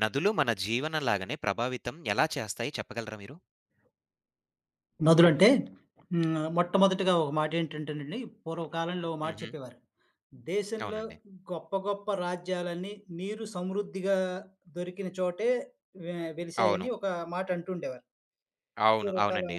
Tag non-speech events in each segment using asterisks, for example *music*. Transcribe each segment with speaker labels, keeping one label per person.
Speaker 1: నదులు మన జీవనంలాగానే ప్రభావితం ఎలా చేస్తాయి చెప్పగలరా మీరు?
Speaker 2: నదులంటే హ్మ్. మొట్టమొదటిగా ఒక మాట ఏంటంటేనండి, పూర్వకాలంలో ఒక మాట
Speaker 1: హుహు.
Speaker 2: చెప్పేవారు. దేశంలో
Speaker 1: అవునండి.
Speaker 2: గొప్ప గొప్ప రాజ్యాలన్నీ నీరు సమృద్ధిగా దొరికిన చోటే వె
Speaker 1: అవును.
Speaker 2: వెలిసాయని ఒక మాట అంటుండేవారు.
Speaker 1: అవును.
Speaker 2: పూర్వకాలం
Speaker 1: అవునండి.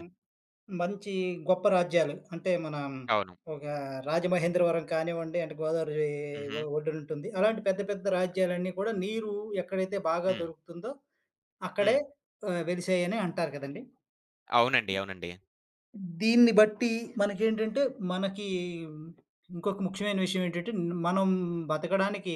Speaker 2: మంచి గొప్ప రాజ్యాలు అంటే మన
Speaker 1: అవును.
Speaker 2: ఒక రాజమహేంద్రవరం కానివ్వండి, అంటే గోదావరి
Speaker 1: హుహు.
Speaker 2: ఒడ్డునుంటుంది. అలాంటి పెద్ద పెద్ద రాజ్యాలన్నీ కూడా నీరు ఎక్కడైతే బాగా
Speaker 1: హ్మ్.
Speaker 2: దొరుకుతుందో అక్కడే
Speaker 1: హ్మ్.
Speaker 2: వెలిసాయని అంటారు కదండీ!
Speaker 1: అవునండి. అవునండి.
Speaker 2: దీన్ని బట్టి మనకేంటంటే, మనకి ఇంకొక ముఖ్యమైన విషయం ఏంటంటే, మనం బతకడానికి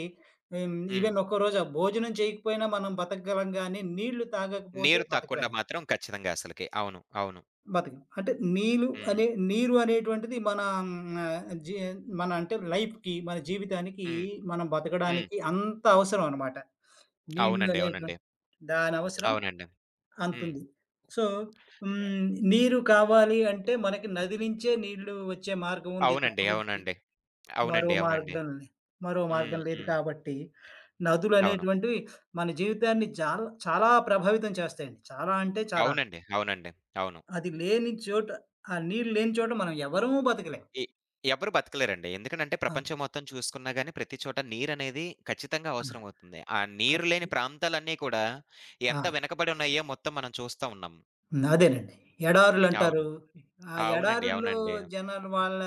Speaker 1: హ్మ్.
Speaker 2: ఈవెన్ ఒక్కరోజు ఆ భోజనం చేయకపోయినా మనం బతకగలం గానీ, నీళ్లు తాగకపోతే
Speaker 1: నీరు తాగకుండా
Speaker 2: బతకలేం.
Speaker 1: మాత్రం ఖచ్చితంగా అసలకి. అవును. అవును.
Speaker 2: బతకం. అంటే నీళ్ళు
Speaker 1: హ్మ్.
Speaker 2: అనే నీరు అనేటువంటిది మన ఆహ్, జీ మన అంటే లైఫ్‌కి, మన జీవితానికి,
Speaker 1: హ్మ్.
Speaker 2: మనం
Speaker 1: హ్మ్.
Speaker 2: బతకడానికి అంత అవసరం అనమాట. నీళ్ళు
Speaker 1: అవునండి. అవునండి.
Speaker 2: అనేటువంటిది దాని అవసరం
Speaker 1: అవునండి. హ్మ్.
Speaker 2: అంతుంది. సో, హ్మ్. నీరు కావాలి అంటే మనకి నది నుంచే నీళ్లు వచ్చే మార్గం ఉంది తప్ప
Speaker 1: అవునండి.
Speaker 2: విడిచి
Speaker 1: అవునండి.
Speaker 2: మరో
Speaker 1: అవునండి. అవునండి.
Speaker 2: మార్గం లే- మరో
Speaker 1: హ్మ్.
Speaker 2: మార్గం లేదు
Speaker 1: హ్మ్.
Speaker 2: కాబట్టి,
Speaker 1: అవును.
Speaker 2: నదులనేటువంటివి మన జీవితాన్ని చాలా చాలా ప్రభావితం చేస్తాయండి. చాలా అంటే చాలా.
Speaker 1: అవునండి. అవునండి. అవును.
Speaker 2: అది లేని చోట ఆ నీళ్ళు లేని చోట మనం ఎవరము బతకలేం.
Speaker 1: ఎ ఎవ్వరు బతకలేరండి. ఎందుకనంటే
Speaker 2: ఆ!
Speaker 1: ప్రపంచం మొత్తం చూసుకున్నా గాని ప్రతి చోట నీరనేది ఖచ్చితంగా
Speaker 2: ఆ!
Speaker 1: అవసరం అవుతుంది. ఆ నీరు లేని
Speaker 2: ఖచ్చిత
Speaker 1: ప్రాంతాలన్నీ కూడా
Speaker 2: ఆ!
Speaker 1: ఎంత వెనకబడి ఉన్నాయో మొత్తం మనం చూస్తా ఉన్నాం.
Speaker 2: హ్మ్. అదేనండి. ఎడారులంటారు.
Speaker 1: అవును.
Speaker 2: ఆ
Speaker 1: అవునండి.
Speaker 2: ఎడారుల్లో
Speaker 1: అవునండి.
Speaker 2: జనాలు వాళ్ళ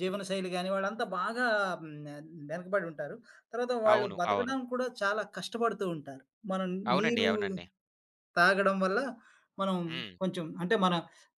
Speaker 2: జీవనశైలి గాని, వాళ్ళంతా బాగా హ్మ్. వెనకబడి ఉంటారు. తర్వాత వాళ్ళు
Speaker 1: అవును. అవును.
Speaker 2: బతకడం కూడా చాలా కష్టపడుతూ ఉంటారు. మనం
Speaker 1: అవునండి.
Speaker 2: నీరు
Speaker 1: అవునండి.
Speaker 2: తాగడం వల్ల మనం
Speaker 1: హ్మ్.
Speaker 2: కొంచెం అంటే మన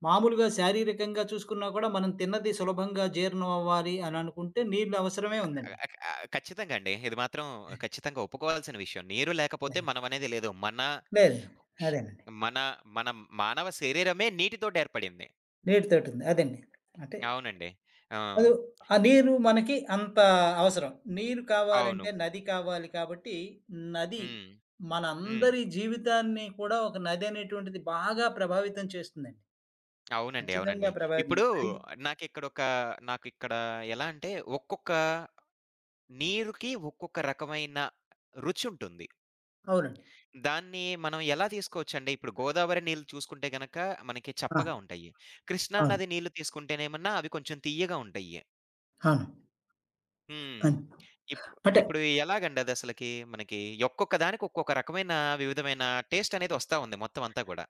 Speaker 2: మామూలుగా శారీరకంగా చూసుకున్నా కూడా మనం తిన్నది సులభంగా జీర్ణం అవ్వాలి అని అనుకుంటే నీళ్ళు అవసరమే
Speaker 1: ఆహ్,
Speaker 2: ఉందండి.
Speaker 1: ఆహ్, ఆహ్, ఖచ్చితంగా అండి. ఇది మాత్రం ఖచ్చితంగా ఒప్పుకోవాల్సిన విషయం. నీరు లేకపోతే మనం అనేది లేదు. మన
Speaker 2: లేదు. అదేనండి.
Speaker 1: మన మన మానవ శరీరమే నీటితోటి ఏర్పడింది.
Speaker 2: నీటితోటి ఉంది. అదండి. అంటే
Speaker 1: అవునండి. ఆ!
Speaker 2: అదు ఆ నీరు మనకి అంత అవసరం. నీరు
Speaker 1: అవును.
Speaker 2: కావాలంటే నది కావాలి కాబట్టి, నది
Speaker 1: హ్మ్. హ్మ్.
Speaker 2: మనందరి జీవితాన్ని కూడా ఒక నది అనేటువంటిది బాగా ప్రభావితం చేస్తుందండి.
Speaker 1: అవునండి.
Speaker 2: ఖచ్చితంగా
Speaker 1: అవునండి.
Speaker 2: ప్రభావితం
Speaker 1: ఇప్పుడు
Speaker 2: అది
Speaker 1: నాకిక్కడొక నాకిక్కడ ఎలా అంటే, ఒక్కొక్క నీరుకి ఒక్కొక్క రకమైన రుచుంటుంది.
Speaker 2: అవునండి.
Speaker 1: దాన్ని మనం ఎలా తీసుకోవచ్చండి, ఇప్పుడు గోదావరి నీళ్ళు చూసుకుంటే గనక మనకి
Speaker 2: ఆ!
Speaker 1: చప్పగా ఉంటాయి. కృష్ణా
Speaker 2: అవును.
Speaker 1: నది నీళ్ళు తీసుకుంటేనేమన్నా అవి కొంచెం తియ్యగా ఉంటాయి.
Speaker 2: అవును.
Speaker 1: హ్మ్.
Speaker 2: అన్
Speaker 1: ఇప్
Speaker 2: అంటే
Speaker 1: ఇప్పుడు ఎలాగండి అదసలకి మనకి ఒక్కొక్క దానికి ఒక్కొక్క రకమైన వివిధమైన టేస్టనేది ఒస్తా ఉంది మొత్తం అంతా గూడా.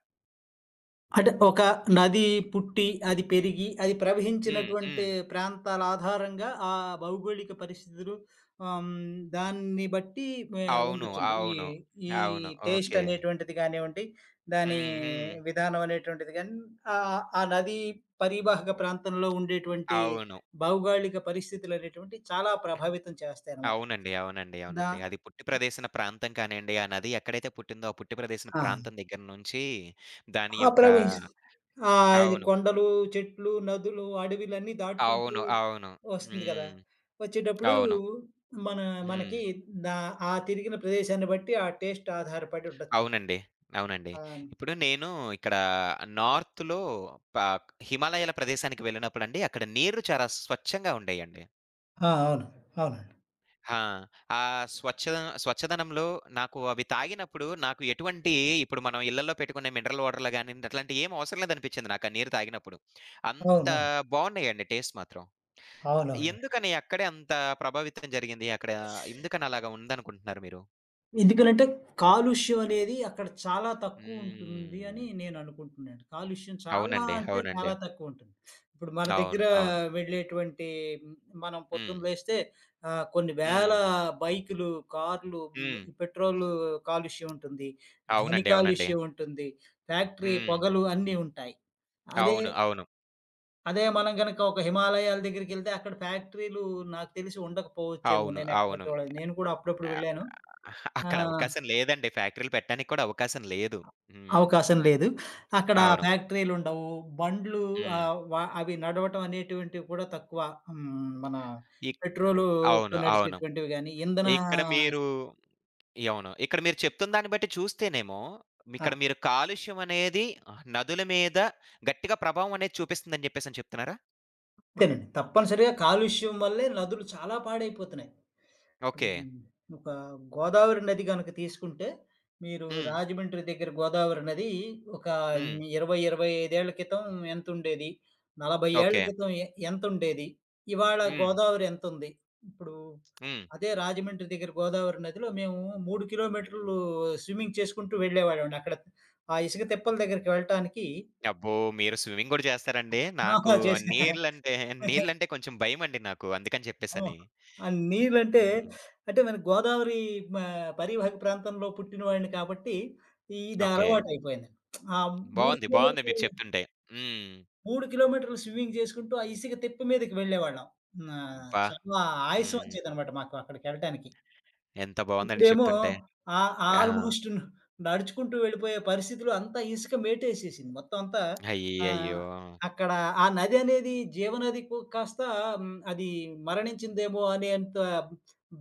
Speaker 2: అంటే ఒక
Speaker 1: ఇ
Speaker 2: నది పుట్టి, అది పెరిగి, అది
Speaker 1: హ్మ్.
Speaker 2: ప్రవహించినటువంటి
Speaker 1: హ్మ్.
Speaker 2: ప్రాంతాల ఆధారంగా ఆ భౌగోళిక పరిస్థితులు దాన్ని బట్టి మే
Speaker 1: అవును.
Speaker 2: ఉండొచ్చండి. ఈ
Speaker 1: అవును.
Speaker 2: ఈ
Speaker 1: అవును.
Speaker 2: Taste
Speaker 1: okay.
Speaker 2: అనేటువంటిది గానివ్వండి, దాని
Speaker 1: హ్మ్. హ్మ్.
Speaker 2: విధానం అనేటువంటిది గాని ఆ నది పరీవాహక ప్రాంతంలో ఉండేటువంటి
Speaker 1: అవును.
Speaker 2: భౌగోళిక పరిస్థితులు అనేటువంటివి చాలా ప్రభావితం చేస్తాయన్నమాట.
Speaker 1: అవునండి. అవునండి.
Speaker 2: దా
Speaker 1: అవునండి. అది పుట్టి ప్రదేశన ప్రాంతం కానియండి, ఆ నది ఎక్కడైతే పుట్టిందో ఆ పుట్టి ప్రదేశన
Speaker 2: ఆ!
Speaker 1: ప్రాంతం దగ్గర నుంచి దాని
Speaker 2: ఆ!
Speaker 1: యొక్క
Speaker 2: ఆ! ఇది
Speaker 1: అవును.
Speaker 2: కొండలు, చెట్లు, నదులు, అడవిలన్నీ దాటుకుంటూ
Speaker 1: అవును. అవును.
Speaker 2: వస్తుంది గదా!
Speaker 1: హ్మ్.
Speaker 2: వచ్చేటప్పుడు
Speaker 1: అవును.
Speaker 2: మన
Speaker 1: హ్మ్.
Speaker 2: మనకి దా ఆ తిరిగిన ప్రదేశాన్ని బట్టి ఆ టేస్ట్ ఆధారపడి ఉండొచ్చు.
Speaker 1: అవునండి. అవునండి.
Speaker 2: ఆ!
Speaker 1: ఇప్పుడు నేను ఇక్కడ నార్త్‌లో ప హిమాలయాల ప్రదేశానికి వెళ్ళినప్పుడండి, అక్కడ నీరు చాలా స్వచ్ఛంగా ఉండేయండి.
Speaker 2: ఆ! అవును. అవునండి.
Speaker 1: ఆ! ఆ స్వచ్ఛద స్వచ్ఛదనంలో నాకు అవి తాగినప్పుడు నాకు ఎటువంటి ఇప్పుడు మనం ఇళ్లల్లో పెట్టుకునే మినరల్ వాటర్‌లు గానియండి, అట్లాంటివి ఏమి అవసరం లేదనిపించింది నాకు ఆ నీరు తాగినప్పుడు. అంత
Speaker 2: అవునవును.
Speaker 1: బావున్నాయండి టేస్ట్ మాత్రం.
Speaker 2: అవునవును.
Speaker 1: ఎందుకని అక్కడే అంత ప్రభావితం జరిగింది? అక్కడ ఎందుకని అలాగా ఉందనుకుంటున్నారు మీరు?
Speaker 2: ఎందుకనంటే కాలుష్యం అనేది అక్కడ చాలా తక్కువుంటుంది అని
Speaker 1: హ్మ్.
Speaker 2: నేననుకుంటున్నాను. కాలుష్యం చాలా
Speaker 1: అవునండి.
Speaker 2: అంటే
Speaker 1: అవునండి.
Speaker 2: చాలా తక్కువుంటుంది. ఇప్పుడు మన దగ్గర
Speaker 1: అవును. అవును.
Speaker 2: వెళ్ళేటువంటి హ్మ్, మనం
Speaker 1: హ్మ్.
Speaker 2: పొద్దున లేస్తే కొన్ని వేల
Speaker 1: హ్మ్.
Speaker 2: బైకులు, కార్లు, హ్మ్,
Speaker 1: హ్మ్.
Speaker 2: ఈ పెట్రోలు కాలుష్యం ఉంటుంది. ధ్వని
Speaker 1: అవునండి. అవునండి.
Speaker 2: కాలుష్యం ఉంటుంది. ఫ్యాక్టరీ
Speaker 1: హ్మ్.
Speaker 2: పొగలు అన్నీ ఉంటాయి. అదే
Speaker 1: అవును. అవును.
Speaker 2: అదే మనం గనక ఒక హిమాలయాల దగ్గరికెళ్తే అక్కడ ఫ్యాక్టరీలు నాకు తెలిసి ఉండకపోవచ్చేమో
Speaker 1: అవును.
Speaker 2: నేనెక్కడ
Speaker 1: అవును.
Speaker 2: చూడలేదు. నేను కూడా అప్పుడప్పుడు వెళ్ళాను.
Speaker 1: అహ!
Speaker 2: ఆ!
Speaker 1: అక్కడ అవకాశం లేదండి. ఫ్యాక్టరీలు పెట్టడానికి కూడా అవకాశం లేదు. హ్మ్.
Speaker 2: అవకాశం లేదు. అక్కడ
Speaker 1: అవును.
Speaker 2: ఫ్యాక్టరీలుండవు. బండ్లు
Speaker 1: హ్మ్.
Speaker 2: ఆహ్, వ అవి నడవటం అనేటువంటివి కూడా తక్కువ. హ్మ్. మన
Speaker 1: ఇక్
Speaker 2: పెట్రోలుతో
Speaker 1: అవును. అవును.
Speaker 2: నడిచేటువంటివి గాని, ఇంధన
Speaker 1: ఇక్కడ మీరు అవును. ఇక్కడ మీరు చెప్తున్న దాన్ని బట్టి చూస్తేనేమో,
Speaker 2: ఆ!
Speaker 1: ఇక్కడ మీరు కాలుష్యం అనేది ఆహ్, నదుల మీద గట్టిగా ప్రభావం అనేది చూపిస్తుందని చెప్పేసని చెప్తున్నారా?
Speaker 2: అంతేనండి. తప్పనిసరిగా కాలుష్యం వల్లే నదులు చాలా పాడైపోతున్నాయి. ఇప్పుడు
Speaker 1: ఓకే.
Speaker 2: ఒక గోదావరి నది గనుక తీసుకుంటే, మీరు
Speaker 1: హ్మ్.
Speaker 2: రాజమండ్రి దగ్గర గోదావరి నది ఒక
Speaker 1: హ్మ్.
Speaker 2: 20, 25 ఏళ్ల క్రితం ఎంతుండేది? 40 ఏళ్ల
Speaker 1: ఓకే.
Speaker 2: క్రితం ఎంతుండేది? ఇవాళ
Speaker 1: హ్మ్.
Speaker 2: గోదావరి ఎంతుంది? ఇప్పుడు
Speaker 1: హ్మ్.
Speaker 2: అదే రాజమండ్రి దగ్గర గోదావరి నదిలో మేము 3 కిలోమీటర్లు స్విమ్మింగ్ చేసుకుంటూ వెళ్ళేవాళ్ళమండి. అక్కడ ఆ ఇసుక తిప్పల దగ్గరికి వెళ్ళటానికి
Speaker 1: అబ్బో! మీరు స్విమ్మింగ్ గూడా చేస్తారండి?
Speaker 2: ఆ!
Speaker 1: నాకు
Speaker 2: చేశా.
Speaker 1: నీళ్ళంటే, నీళ్ళంటే కొంచెం భయమండి నాకు అందుకని
Speaker 2: ఆహా!
Speaker 1: చెప్పేసని.
Speaker 2: ఆ నీళ్ళంటే,
Speaker 1: హ్మ్.
Speaker 2: అంటే మన గోదావరి మా పరీవాహక ప్రాంతంలో పుట్టిన వాడిని కాబట్టి, ఇది
Speaker 1: ఓకే.
Speaker 2: అలవాటయిపోయిందండి. ఆ 3
Speaker 1: బావుంది. బావుంది
Speaker 2: కిలోమీటర్లు,
Speaker 1: మీరు చెప్తుంటే. హ్మ్.
Speaker 2: 3 కిలోమీటర్లు స్విమ్మింగ్ చేసుకుంటూ, ఆ ఇసుక తిప్ప మీదకి వెళ్ళేవాళ్ళం. హ్మ్.
Speaker 1: అబ్బా!
Speaker 2: చాలా ఆయాసం
Speaker 1: హ్మ్.
Speaker 2: వచ్చేదనమాట మాకు అక్కడికెళ్ళటానికి.
Speaker 1: ఎంత బావుందండి
Speaker 2: ఇప్పుడేమో
Speaker 1: చెప్తుంటే.
Speaker 2: ఆ
Speaker 1: ఆ!
Speaker 2: ఆల్మోస్ట్ నడుచుకుంటూ వెళ్ళిపోయే పరిస్థితిలో అంతా ఇసుక మేటేసేసింది. మొత్తం అంతా ఆహ్,
Speaker 1: అయ్యయ్యో!
Speaker 2: అక్కడ ఆ నది అనేది జీవనదికు కాస్త హ్మ్, అది మరణించిందేమో అనేంత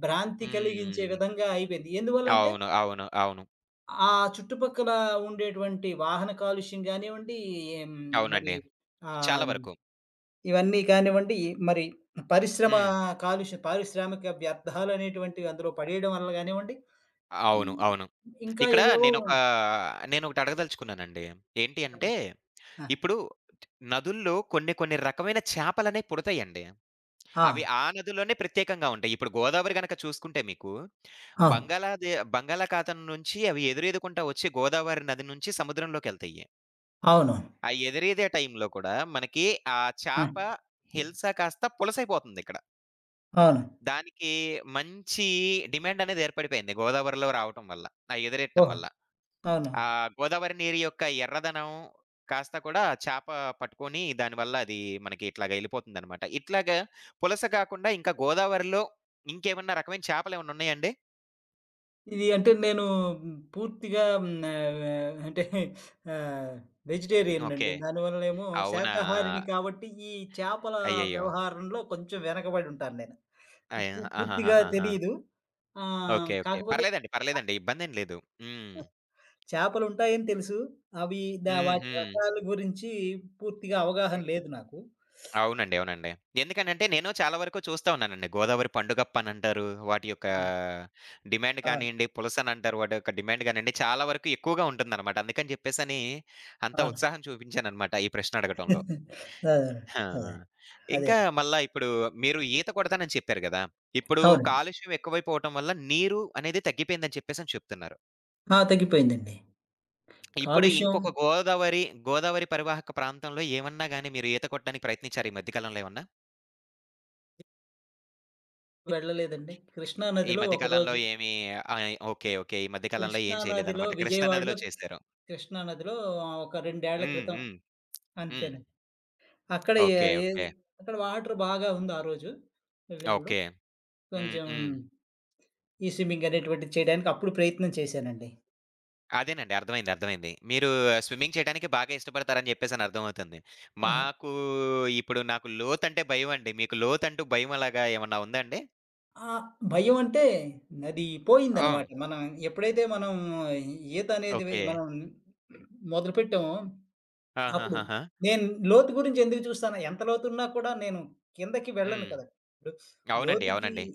Speaker 2: భ్రాంతి కలిగించే
Speaker 1: హ్మ్.
Speaker 2: విధంగా అయిపోయింది. ఎందువల్లంటే
Speaker 1: అవును. అవును. అవును.
Speaker 2: ఆ చుట్టుపక్కల ఉండేటువంటి వాహన కాలుష్యం గానివ్వండి, హ్మ్, మరి
Speaker 1: అవునండి. చాలా
Speaker 2: ఆహ్,
Speaker 1: వరకు.
Speaker 2: ఇవన్నీ కానివ్వండి, మరి పరిశ్రమ
Speaker 1: హ్మ్.
Speaker 2: కాలుష్యం పారిశ్రామిక వ్యర్థాలనేటువంటివి అందులో పడేయడం వల్ల గానివ్వండి
Speaker 1: అవును.
Speaker 2: హ్మ్.
Speaker 1: అవును.
Speaker 2: ఇంకా
Speaker 1: ఇక్కడ
Speaker 2: ఏవేవో
Speaker 1: నేనొకటి అడగదలుచుకున్నానండి. ఏంటి అంటే,
Speaker 2: చెప్పండి. ఆ!
Speaker 1: ఇప్పుడు నదుల్లో కొన్ని కొన్ని రకమైన చేపలనేవి పుడతాయండి.
Speaker 2: ఆ!
Speaker 1: అవి ఆ నదుల్లోనే ప్రత్యేకంగా ఉంటాయి. ఇప్పుడు గోదావరి గనక చూసుకుంటే మీకు
Speaker 2: అవును.
Speaker 1: బంగాళాఖాతం నుంచి అవి ఎదురెదుకుంటా వచ్చి గోదావరి నది నుంచి సముద్రంలోకెళ్తాయి.
Speaker 2: అవును.
Speaker 1: ఆ ఎదురీదే టైంలో కూడా మనకి ఆ
Speaker 2: ఆ!
Speaker 1: చేప హిల్స కాస్త పులసైపోతుందిక్కడ.
Speaker 2: అవును.
Speaker 1: దానికి మంచి డిమాండనేది ఏర్పడిపోయింది గోదావరిలో రావటం వల్ల. ఆ ఎదురెట్టం
Speaker 2: ఓహో!
Speaker 1: వల్ల.
Speaker 2: అవును.
Speaker 1: ఆ గోదావరి నీరు యొక్క ఎర్రదనం కాస్త కూడా చేప పట్టుకొని దానివల్ల అది మనకి ఇట్లాగ ఎళ్ళిపోతుందనమాట. ఇట్లాగా పులస కాకుండా ఇంకా గోదావరిలో ఇంకేమన్నా రకమైన చేపలేమన్నున్నాయండి?
Speaker 2: ఇది అంటే నేను హ్మ్, పూర్తిగా హ్మ్, ఆహ్, అంటే ఆహ్, వెజిటేరియన్
Speaker 1: ఓకే.
Speaker 2: అండి. దానివల్లనేమో
Speaker 1: అవునా!
Speaker 2: శాకాహారిని కాబట్టి ఈ చేపల
Speaker 1: అయ్యయ్యో!
Speaker 2: వ్యవహారంలో కొంచెం వెనకబడి ఉంటాను నేను.
Speaker 1: అయన
Speaker 2: పూర్తిగా
Speaker 1: ఆహాహాహాహా!
Speaker 2: తెలీదు.
Speaker 1: ఓకే. ఓకే.
Speaker 2: కాకపోతే
Speaker 1: పర్లేదండి. పర్లేదండి. ఇబ్బందేం లేదు. హ్మ్.
Speaker 2: చేపలుంటాయని తెలుసు. అవి
Speaker 1: హ్మ్.
Speaker 2: వాటి
Speaker 1: హ్మ్.
Speaker 2: రకాల గురించి పూర్తిగా అవగాహన
Speaker 1: హ్మ్.
Speaker 2: లేదు నాకు.
Speaker 1: అవునండి. అవునండి. ఎందుకనంటే నేను చాలా వరకు చూస్తా ఉన్నానండి. గోదావరి పండుగప్పనంటారు. వాటి యొక్క
Speaker 2: ఆ!
Speaker 1: డిమాండ్
Speaker 2: ఆ!
Speaker 1: కానియండి, పులసనంటారు. వాటి యొక్క డిమాండ్ గానియండి, చాలా వరకు ఎక్కువగా ఉంటుందనమాట. అందుకని జెప్పేసని అంత
Speaker 2: అవును.
Speaker 1: ఉత్సాహం చూపించాననమాట ఈ ప్రశ్న అడగటంలో.
Speaker 2: ఆ!
Speaker 1: ఆ!
Speaker 2: అదే.
Speaker 1: ఆ! ఇంకా
Speaker 2: అదేనండి.
Speaker 1: మళ్ళా ఇప్పుడు మీరు ఈత కొడతానని చెప్పారు గదా! ఇప్పుడు
Speaker 2: అవును.
Speaker 1: కాలుష్యం ఎక్కువైపోవటం వల్ల నీరు అనేది తగ్గిపోయిందని చెప్పేసని చెప్తున్నారు.
Speaker 2: ఆ! తగ్గిపోయిందండి.
Speaker 1: ఇప్పుడు
Speaker 2: కాలుష్యం
Speaker 1: ఇంకొక గోదావరి, గోదావరి పరివాహక ప్రాంతంలో ఏమన్నా గాని మీరు ఈత కొట్టడానికి ప్రయత్నించారా ఈ మధ్య కాలంలో ఏమన్నా?
Speaker 2: వెళ్ళలేదండి. కృష్ణా
Speaker 1: ఈ
Speaker 2: నదిలో
Speaker 1: మధ్య కాలంలో
Speaker 2: ఒకరోజు
Speaker 1: ఏమి ఆహ్, ఓకే. ఓకే. ఈ మధ్య కాలంలో
Speaker 2: కృష్ణా
Speaker 1: ఏం
Speaker 2: నదిలో
Speaker 1: చేయలేదన్నమాట. కృష్ణా
Speaker 2: విజయవాడలో
Speaker 1: నదిలో చేశారు.
Speaker 2: కృష్ణా నదిలో ఒక 2 ఏళ్ల
Speaker 1: హ్మ్.
Speaker 2: క్రితం
Speaker 1: హ్మ్. హ్మ్.
Speaker 2: అంతేనండి. అక్కడ ఏ
Speaker 1: ఓకే.
Speaker 2: ఏది
Speaker 1: ఓకే.
Speaker 2: అక్కడ వాటర్ బాగా ఉంది ఆ రోజు వెళ్ళినప్పుడు.
Speaker 1: ఓకే. హ్మ్.
Speaker 2: కొంచెం
Speaker 1: హ్మ్.
Speaker 2: ఈ స్విమ్మింగ్ అనేటువంటిది చేయడానికి అప్పుడు ప్రయత్నం చేశానండి.
Speaker 1: అదేనండి. అర్థమైంది. అర్థమైంది. స్విమ్మింగ్ చేయడానికి బాగా ఇష్టపడతారని చెప్పేసని అర్థమవుతుంది.
Speaker 2: ఆహా!
Speaker 1: మాకు ఇప్పుడు నాకు లోతంటే భయమండి. మీకు లోతంటూ భయం అలాగా ఏమన్నా ఉందా అండి?
Speaker 2: ఆ భయం అంటే నది
Speaker 1: ఆ!
Speaker 2: పోయిందనమాట. మనం ఎప్పుడైతే మనం ఈత అనేది
Speaker 1: ఓకే.
Speaker 2: మనం మొదలుపెట్టామో అప్పుడు
Speaker 1: ఆహాహాహా!
Speaker 2: నేను లోతు గురించి ఎందుకు చూస్తాను? ఎంత లోతున్నా కూడా నేను కిందకి వెళ్ళను
Speaker 1: హ్మ్.
Speaker 2: కదండీ! ఇప్పుడు
Speaker 1: అవునండి.
Speaker 2: లోతుకి
Speaker 1: అవునండి.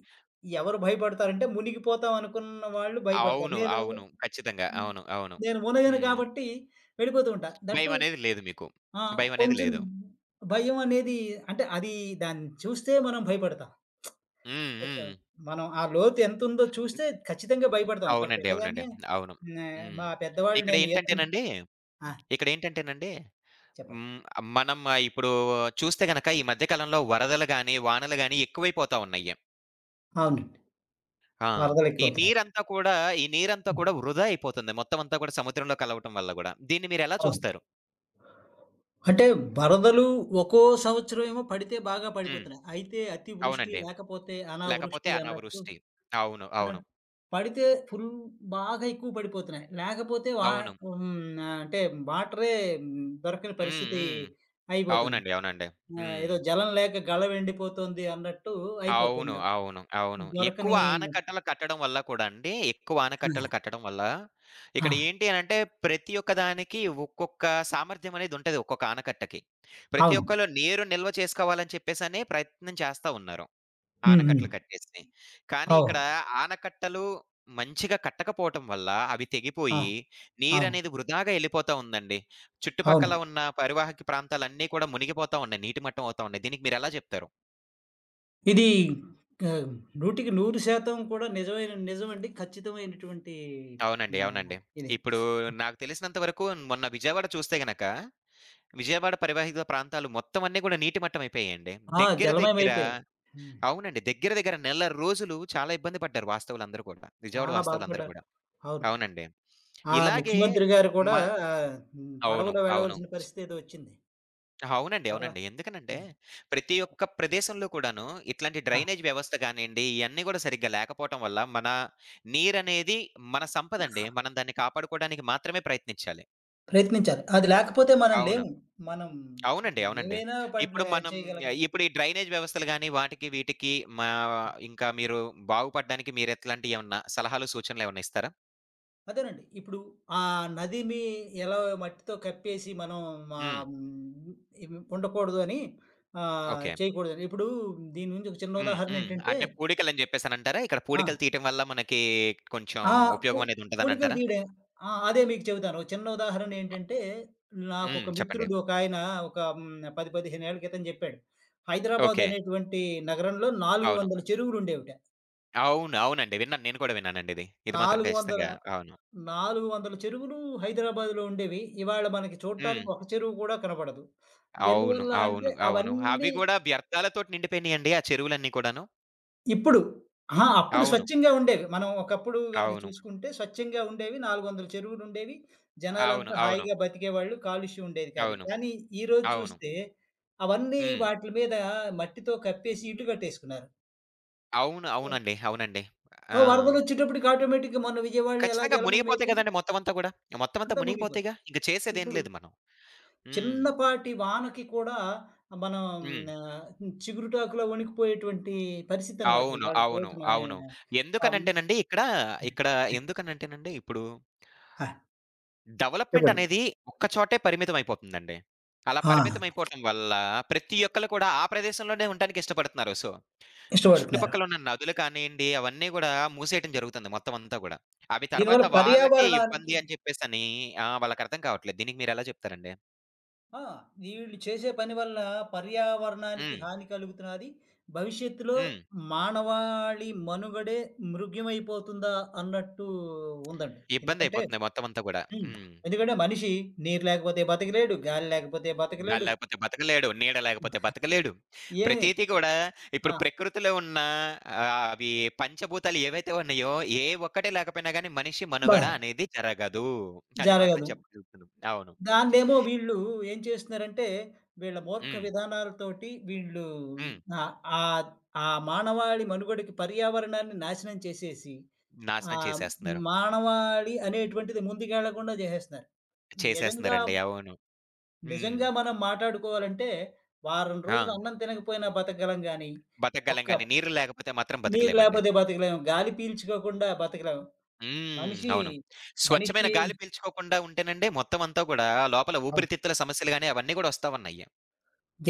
Speaker 2: ఎవరు భయపడతారంటే, మునిగిపోతాం అనుకున్న వాళ్ళు భయపడతారు.
Speaker 1: అవును.
Speaker 2: నేను
Speaker 1: అవును. ఖచ్చితంగా.
Speaker 2: హ్మ్.
Speaker 1: అవును. అవును.
Speaker 2: నేను మునగను
Speaker 1: హ్మ్.
Speaker 2: కాబట్టి వెళ్ళిపోతూ ఉంటా. దట్ టూ
Speaker 1: భయమనేది లేదు మీకు. భయమనేది
Speaker 2: కొంచెం
Speaker 1: లేదు.
Speaker 2: భయం అనేది అంటే అది దాన్ని చూస్తే మనం భయపడతాం.
Speaker 1: హ్మ్.
Speaker 2: ఒక
Speaker 1: హ్మ్.
Speaker 2: మనం ఆ లోతు ఎంతుందో
Speaker 1: హ్మ్.
Speaker 2: చూస్తే ఖచ్చితంగా భయపడతాం.
Speaker 1: అవునండి. అవునండి.
Speaker 2: అక్కడికెళ్ళగానే
Speaker 1: అవును.
Speaker 2: హ్మ్.
Speaker 1: హ్మ్.
Speaker 2: మా పెద్దవాళ్ళు
Speaker 1: ఇక్కడ
Speaker 2: నేను ఈతను
Speaker 1: ఏంటంటేనండి
Speaker 2: ఆ!
Speaker 1: ఇక్కడేంటంటేనండి
Speaker 2: చెప్పండి.
Speaker 1: హ్మ్. మనం ఇప్పుడు చూస్తే గనక ఈ మధ్య కాలంలో వరదలు గాని, వానలు గాని ఎక్కువైపోతా ఉన్నాయి.
Speaker 2: అవునండి.
Speaker 1: ఆ! ఈ
Speaker 2: వరదలెక్కువవుతున్నాయి.
Speaker 1: నీరంతా కూడా ఈ నీరంతా
Speaker 2: హ్మ్.
Speaker 1: కూడా వృధా అయిపోతుంది. మొత్తం అంతా కూడా సముద్రంలో కలవటం వల్ల గూడా. దీన్ని మీరెలా
Speaker 2: అవును.
Speaker 1: చూస్తారు?
Speaker 2: అంటే వరదలు ఒక్కో సంవత్సరం ఏమో పడితే బాగా
Speaker 1: హ్మ్.
Speaker 2: పడిపోతున్నాయి. అయితే అతివృష్టి
Speaker 1: అవునండి.
Speaker 2: లేకపోతే
Speaker 1: లేకపోతే
Speaker 2: అనావృష్టి అన్నట్టు
Speaker 1: అనావృష్టి. అవును. అవును.
Speaker 2: అన్నట్టు పడితే ఫుల్ బాగా ఎక్కువ పడిపోతున్నాయి. లేకపోతే వా
Speaker 1: అవును.
Speaker 2: హ్మ్. అంటే వాటరే హ్మ్. దొరకని
Speaker 1: హ్మ్.
Speaker 2: పరిస్థితి
Speaker 1: హ్మ్.
Speaker 2: అయిపోతుంది.
Speaker 1: అవునండి. అవునండి. హ్మ్.
Speaker 2: ఏదో జలం లేక గళ ఎండిపోతుంది అన్నట్టు
Speaker 1: అవును.
Speaker 2: అయిపోతుంది.
Speaker 1: అవును. అవును. ఎక్కువ
Speaker 2: దొరకని
Speaker 1: ఆనకట్టలు కట్టడం వల్ల కూడా అండి, ఎక్కువ ఆనకట్టలు
Speaker 2: ఆ!
Speaker 1: కట్టడం వల్ల ఇక్కడ
Speaker 2: ఆ!
Speaker 1: ఏంటి అనంటే ప్రతి ఒక్క దానికి ఒక్కొక్క సామర్థ్యం అనేదుంటది ఒక్కొక్క ఆనకట్టకి. ప్రతి
Speaker 2: అవును.
Speaker 1: ఒక్కళ్ళు నీరు నిల్వ చేసుకోవాలని చెప్పేసనే ప్రయత్నం చేస్తా ఉన్నారు.
Speaker 2: హ్మ్. హ్మ్.
Speaker 1: ఆనకట్టలు కట్టేసి. కానీ ఇక్కడ
Speaker 2: అవును.
Speaker 1: ఆనకట్టలు మంచిగా కట్టకపోవటం వల్ల అవి
Speaker 2: ఆ!
Speaker 1: తెగిపోయి
Speaker 2: అవును.
Speaker 1: నీరనేది వృధాగా ఎళ్ళిపోతా ఉందండి.
Speaker 2: అవును.
Speaker 1: చుట్టుపక్కల ఉన్న పరివాహక ప్రాంతాలన్నీ కూడా మునిగిపోతా ఉన్నాయి. నీటిమట్టం అవుతా ఉన్నాయి. దీనికి మీరెలా జెప్తారు?
Speaker 2: ఇది ఆహ్, 100కి 100% కూడా నిజమైన నిజమండి. ఖచ్చితమైనటువంటి
Speaker 1: అవునండి.
Speaker 2: ఆహ్,
Speaker 1: అవునండి.
Speaker 2: ఇది.
Speaker 1: ఇప్పుడు నాకు తెలిసినంత వరకు మొన్న విజయవాడ చూస్తే గనక, విజయవాడ పరివాహిక ప్రాంతాలు మొత్తం అన్నీ గూడా నీటి మట్టం అయిపోయాయండి.
Speaker 2: ఆ!
Speaker 1: దగ్గర దగ్గర
Speaker 2: జలమయమైపోయాయి. హ్మ్.
Speaker 1: అవునండి. దగ్గర దగ్గర నెల రోజులు చాలా ఇబ్బంది పడ్డారు వాస్తవులందరూ కూడా. విజయవాడ
Speaker 2: చాలా
Speaker 1: వాస్తవులందరూ
Speaker 2: బాధపడ్డారు.
Speaker 1: గూడా.
Speaker 2: అవును.
Speaker 1: అవునండి.
Speaker 2: ఆ
Speaker 1: ఇలాగే
Speaker 2: ముఖ్యమంత్రి గారు
Speaker 1: మ
Speaker 2: కూడా
Speaker 1: అవును.
Speaker 2: పడవలో
Speaker 1: అవును.
Speaker 2: వెళ్ళవలసిన పరిస్థితి ఏదో వచ్చింది.
Speaker 1: అవునండి.
Speaker 2: పర్వా
Speaker 1: అవునండి. ఎందుకనంటే
Speaker 2: హ్మ్.
Speaker 1: ప్రతి ఒక్క ప్రదేశంలో కూడాను ఇట్లాంటి
Speaker 2: ఆ!
Speaker 1: డ్రైనేజ్ వ్యవస్థ గానియండి, ఇయన్నీ గూడా సరిగ్గా లేకపోవటం వల్ల నీరనేది మన సంపదండి. మనం దాన్ని కాపాడుకోవడానికి మాత్రమే ప్రయత్నించాలి.
Speaker 2: ప్రయత్నించాలి. అది లేకపోతే మనం
Speaker 1: అవును.
Speaker 2: లేము. మనం
Speaker 1: అవునండి. అవునండి.
Speaker 2: ఏమైనా పడిన
Speaker 1: ఇప్పుడు మనం
Speaker 2: చేయగలం గానీ
Speaker 1: ఇప్పుడు ఈ డ్రైనేజ్ వ్యవస్థలు గాని, వాటికి వీటికి మా ఇంకా మీరు బాగుపడడానికి మీరెట్లాంటియేమన్నా సలహాలు, సూచనలేమన్నా ఇస్తారా?
Speaker 2: అదేనండి. ఇప్పుడు ఆ నది మీ ఎలా మట్టితో కప్పేసి మనం
Speaker 1: హ్మ్.
Speaker 2: ఆహ్, హ్మ్, ఇవి ఉండకూడదు అని
Speaker 1: ఓకే.
Speaker 2: చేయకూడదని. ఇప్పుడు దీని నుంచి ఒక చిన్న
Speaker 1: హ్మ్.
Speaker 2: ఉదాహరణ
Speaker 1: హ్మ్.
Speaker 2: ఏంటంటే
Speaker 1: అంటే పూడికలని జెప్పేసనంటారా? ఇక్కడ
Speaker 2: ఆ!
Speaker 1: పూడికలు తీయటం వల్ల మనకి కొంచెం
Speaker 2: ఆ! పూ
Speaker 1: ఉపయోగం అనేది
Speaker 2: పూడికలు
Speaker 1: ఉంటదనంటారా?
Speaker 2: తీయడం. ఆ! అదే మీకు చెబుతాను. ఒక చిన్న ఉదాహరణ ఏంటంటే,
Speaker 1: హ్మ్.
Speaker 2: నాకొక
Speaker 1: చెప్పండి.
Speaker 2: మిత్రుడు ఒకాయన ఒక హ్మ్, 10, 15 ఏళ్ల క్రితం చెప్పాడు. హైదరాబాద్
Speaker 1: ఓకే.
Speaker 2: అనేటువంటి నగరంలో
Speaker 1: అవును.
Speaker 2: 400 చెరువులుండేవిట.
Speaker 1: అవును. అవునండి. విన్నాను. నేను కూడా విన్నానండి ఇది. ఇది మాత్రం
Speaker 2: 400
Speaker 1: ఖచ్చితంగా. అవును.
Speaker 2: 400 చెరువులు హైదరాబాద్‌లో ఉండేవి. ఇవాళ మనకి
Speaker 1: హ్మ్.
Speaker 2: చూడటానికి ఒక చెరువు కూడా కనపడదు.
Speaker 1: అవును.
Speaker 2: ఎందువల్ల అంటే
Speaker 1: అవును. అవును.
Speaker 2: అవన్నీ
Speaker 1: అవి గూడా వ్యర్థాలతోటి నిండిపోయినియండి ఆ చెరువులన్నీ కూడాను.
Speaker 2: ఇప్పుడు అహా! అప్పుడు
Speaker 1: అవును.
Speaker 2: స్వచ్ఛంగా ఉండేవి. మనం ఒకప్పుడు గనక
Speaker 1: అవును.
Speaker 2: చూసుకుంటే స్వచ్ఛంగా ఉండేవి. 400 చెరువులుండేవి.
Speaker 1: అవును.
Speaker 2: జనాలంతా
Speaker 1: అవును.
Speaker 2: హాయిగా బతికేవాళ్ళు. కాలుష్యం ఉండేది కాదు.
Speaker 1: అవును.
Speaker 2: కానీ ఈరోజు
Speaker 1: అవును.
Speaker 2: చూస్తే అవన్నీ
Speaker 1: హ్మ్.
Speaker 2: వాటిల మీద మట్టితో కప్పేసి ఇళ్ళు కట్టేసుకున్నారు.
Speaker 1: అవును. అవునండి. అవునండి.
Speaker 2: ఓ
Speaker 1: ఆ!
Speaker 2: వరదలొచ్చేటప్పటికి ఆటోమేటిక్‌గా మొన్న విజయవాడలో ఎలా
Speaker 1: ఖచ్చితంగా
Speaker 2: జలమయం
Speaker 1: మునిగిపోతాయి
Speaker 2: అయిపోయింది
Speaker 1: గదండీ మొత్తమంతా గూడా. మొత్తమంతా
Speaker 2: అంతా మునిగిపోయింది.
Speaker 1: మునిగిపోతాయిగా. ఇంక చేసేదేం
Speaker 2: ఇప్పుడు
Speaker 1: లేదు మనం. హ్మ్.
Speaker 2: చిన్నపాటి వానకి కూడా మనం
Speaker 1: హ్మ్.
Speaker 2: ఆహ్, చిగురుటాకులా వణికిపోయేటువంటి పరిస్థితనమాట
Speaker 1: అవును.
Speaker 2: ఇవాళటి
Speaker 1: అవును.
Speaker 2: రోజున
Speaker 1: అవును.
Speaker 2: ఆహ్,
Speaker 1: ఎందుకనంటేనండి ఇక్కడ,
Speaker 2: హ్మ్.
Speaker 1: ఇక్కడ ఎందుకనంటేనండి ఇప్పుడు
Speaker 2: ఆ!
Speaker 1: డెవలప్‌మెంట్
Speaker 2: చెప్పండి.
Speaker 1: అనేది ఒక్క చోటే పరిమితమైపోతుందండి. అలా
Speaker 2: ఆ!
Speaker 1: పరిమితమైపోవటం వల్ల ప్రతి ఒక్కళ్ళు కూడా ఆ ప్రదేశంలోనే ఉండటానికి ఇష్టపడుతున్నారు. సో
Speaker 2: ఇష్టపడుతున్నారు.
Speaker 1: చుట్టుపక్కల ఉన్న నదులు కానియండి, అవన్నీ గూడా మూసేయటం జరుగుతుంది మొత్తం అంతా గూడా. అవి తర్వాత
Speaker 2: దీనివల్ల
Speaker 1: వాళ్ళకే
Speaker 2: పర్యావరణానికి
Speaker 1: ఇబ్బంది అని చెప్పేసని ఆ! వాళ్ళకర్థం కావట్లేదు. దీనికి మీరెలా చెప్తారండి?
Speaker 2: ఆ! వీళ్ళు చేసే పని వల్ల పర్యావరణానికి
Speaker 1: హ్మ్.
Speaker 2: హాని కలుగుతున్నది. భవిష్యత్తులో
Speaker 1: హ్మ్.
Speaker 2: మానవాళి మనుగడే మృగ్యమైపోతుందా అన్నట్టు ఉందండి. ఎందుకంటే
Speaker 1: ఇబ్బందయిపోతుంది మొత్తం అంతా గూడా.
Speaker 2: హ్మ్.
Speaker 1: హ్మ్.
Speaker 2: ఎందుకంటే మనిషి నీరు లేకపోతే బతకలేడు. గాలి లేకపోతే
Speaker 1: గాలి
Speaker 2: బతకలేడు.
Speaker 1: లేకపోతే బతకలేడు. నీడ లేకపోతే బతకలేడు.
Speaker 2: ఏమి
Speaker 1: ప్రతీది గూడా ఇప్పుడు
Speaker 2: ఆ!
Speaker 1: ప్రకృతిలో ఉన్న ఆహ్, అవి పంచభూతాలు ఏవైతే ఉన్నాయో, ఏ ఒక్కటి లేకపోయినా గాని మనిషి
Speaker 2: బ
Speaker 1: మనుగడ అనేది జరగదు. అది మాత్రం
Speaker 2: జరగదు.
Speaker 1: చెప్పగలుగుతున్నాం. అవును.
Speaker 2: దాన్నేమో వీళ్ళు ఏం చేస్తున్నారంటే, వీళ్ళ మూర్ఖ
Speaker 1: హ్మ్.
Speaker 2: విధానాలతోటి వీళ్ళు
Speaker 1: హ్మ్.
Speaker 2: ఆహ్, ఆహ్, ఆ మానవాళి మనుగడకి పర్యావరణాన్ని నాశనం చేసేసి,
Speaker 1: నాశనం
Speaker 2: ఆహ్,
Speaker 1: చేసేస్తున్నారు.
Speaker 2: మానవాళి అనేటువంటిది ముందుకెళ్ళకుండా జేసేస్తున్నారు. నిజంగా,
Speaker 1: చేసేస్తున్నారండి. అవును. హ్మ్.
Speaker 2: నిజంగా మనం మాటాడుకోవాలంటే, వారం రోజులు
Speaker 1: ఆ!
Speaker 2: అన్నం తినకపోయినా బతకగలం గానీ,
Speaker 1: బతకగలం
Speaker 2: ఒక్క
Speaker 1: గానీ, నీరు లేకపోతే మాత్రం
Speaker 2: నీరు
Speaker 1: బతకలేమండి.
Speaker 2: లేపోతే బతకలేము. గాలి పీల్చుకోకుండా బతకలేము.
Speaker 1: హ్మ్.
Speaker 2: మనిషి,
Speaker 1: అవును. స్వచ్ఛమైన
Speaker 2: మనిషి
Speaker 1: గాలి పీల్చుకోకుండా ఉంటేనండి మొత్తం అంతా గూడా లోపల
Speaker 2: ఆ!
Speaker 1: ఊపిరితిత్తుల సమస్యలు గాని అవన్నీ గూడా ఒస్తా ఉన్నాయి.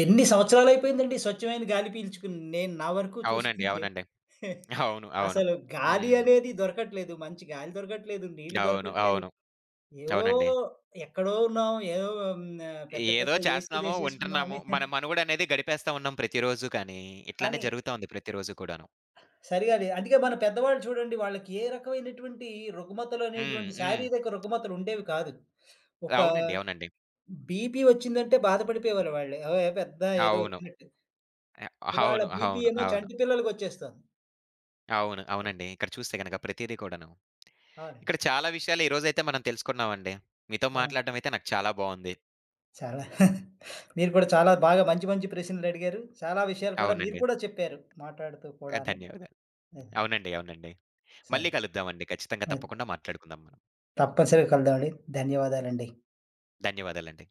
Speaker 2: ఎన్ని సంవత్సరాలయిపోయిందండి స్వచ్ఛమైన గాలి పీల్చుకుని. నేను నా వరకు
Speaker 1: అవునండి.
Speaker 2: చూసుకుంటే
Speaker 1: అవునండి.
Speaker 2: *laughs*
Speaker 1: అవును. అవును.
Speaker 2: అసలు గాలి
Speaker 1: హ్మ్.
Speaker 2: అనేది దొరకట్లేదు. మంచి గాలి దొరకట్లేదు. నీళ్లు
Speaker 1: అవును.
Speaker 2: దొరకట్లేదు.
Speaker 1: అవును.
Speaker 2: ఏవో
Speaker 1: అవునండి.
Speaker 2: ఎక్కడో ఉన్నాం. ఏదో పెద్ద పెద్ద
Speaker 1: ఏదో చేస్తున్నాము,
Speaker 2: ఏసీలేసేసుకున్నాం
Speaker 1: ఉంటున్నాము.
Speaker 2: అని
Speaker 1: మన మనుగడ అనేది గడిపేస్తా ఉన్నాం ప్రతిరోజు కానీ, ఇట్లానే
Speaker 2: కానీ
Speaker 1: జరుగుతా ఉంది ప్రతిరోజు కూడాను.
Speaker 2: సరిగా లేదు. అందుకే మన పెద్దవాళ్ళు చూడండి వాళ్ళకి ఏ రకమైనటువంటి
Speaker 1: హ్మ్.
Speaker 2: రుగ్మతలనేటువంటి
Speaker 1: హ్మ్.
Speaker 2: శారీరక రుగ్మతలు ఉండేవి కాదు. ఒక
Speaker 1: అవునండి. అవునండి.
Speaker 2: బీపీ వచ్చిందంటే బాధపడిపోయేవాళ్ళు వాళ్ళే. ఓహ్! పెద్ద ఏదో
Speaker 1: అవును.
Speaker 2: వచ్చినట్టు.
Speaker 1: ఆహ్,
Speaker 2: ఇవాళ
Speaker 1: అవును.
Speaker 2: బీపీ
Speaker 1: అవును.
Speaker 2: ఏమో
Speaker 1: అవును.
Speaker 2: చంటి పిల్లలకొచ్చేస్తోంది.
Speaker 1: అవును. అవునండి. ఇక్కడ చూస్తే గనక ప్రతీదీ కూడాను
Speaker 2: అవునండి.
Speaker 1: ఇక్కడ చాలా విషయాలు ఈరోజైతే మనం తెలుసుకున్నామండి. మీతో
Speaker 2: అవును.
Speaker 1: మాట్లాడడం అయితే నాకు చాలా బావుంది.
Speaker 2: చాలా *laughs* మీరు కూడా చాలా బాగా మంచి మంచి ప్రశ్నలడిగారు. చాలా విషయాలు కూడా మీరు
Speaker 1: అవునండి.
Speaker 2: కూడా చెప్పారు మాట్లాడుతూ కూడాను.
Speaker 1: ధన్యవాదాలు.
Speaker 2: అదే,
Speaker 1: అవునండి. అవునండి.
Speaker 2: సరే.
Speaker 1: మళ్ళీ కలుద్దామండి. ఖచ్చితంగా
Speaker 2: మరి
Speaker 1: తప్పకుండా మాట్లాడుకుందాం మనం.
Speaker 2: తప్పనిసరిగా కలుద్దామండి. ధన్యవాదాలండి.
Speaker 1: ధన్యవాదాలండి.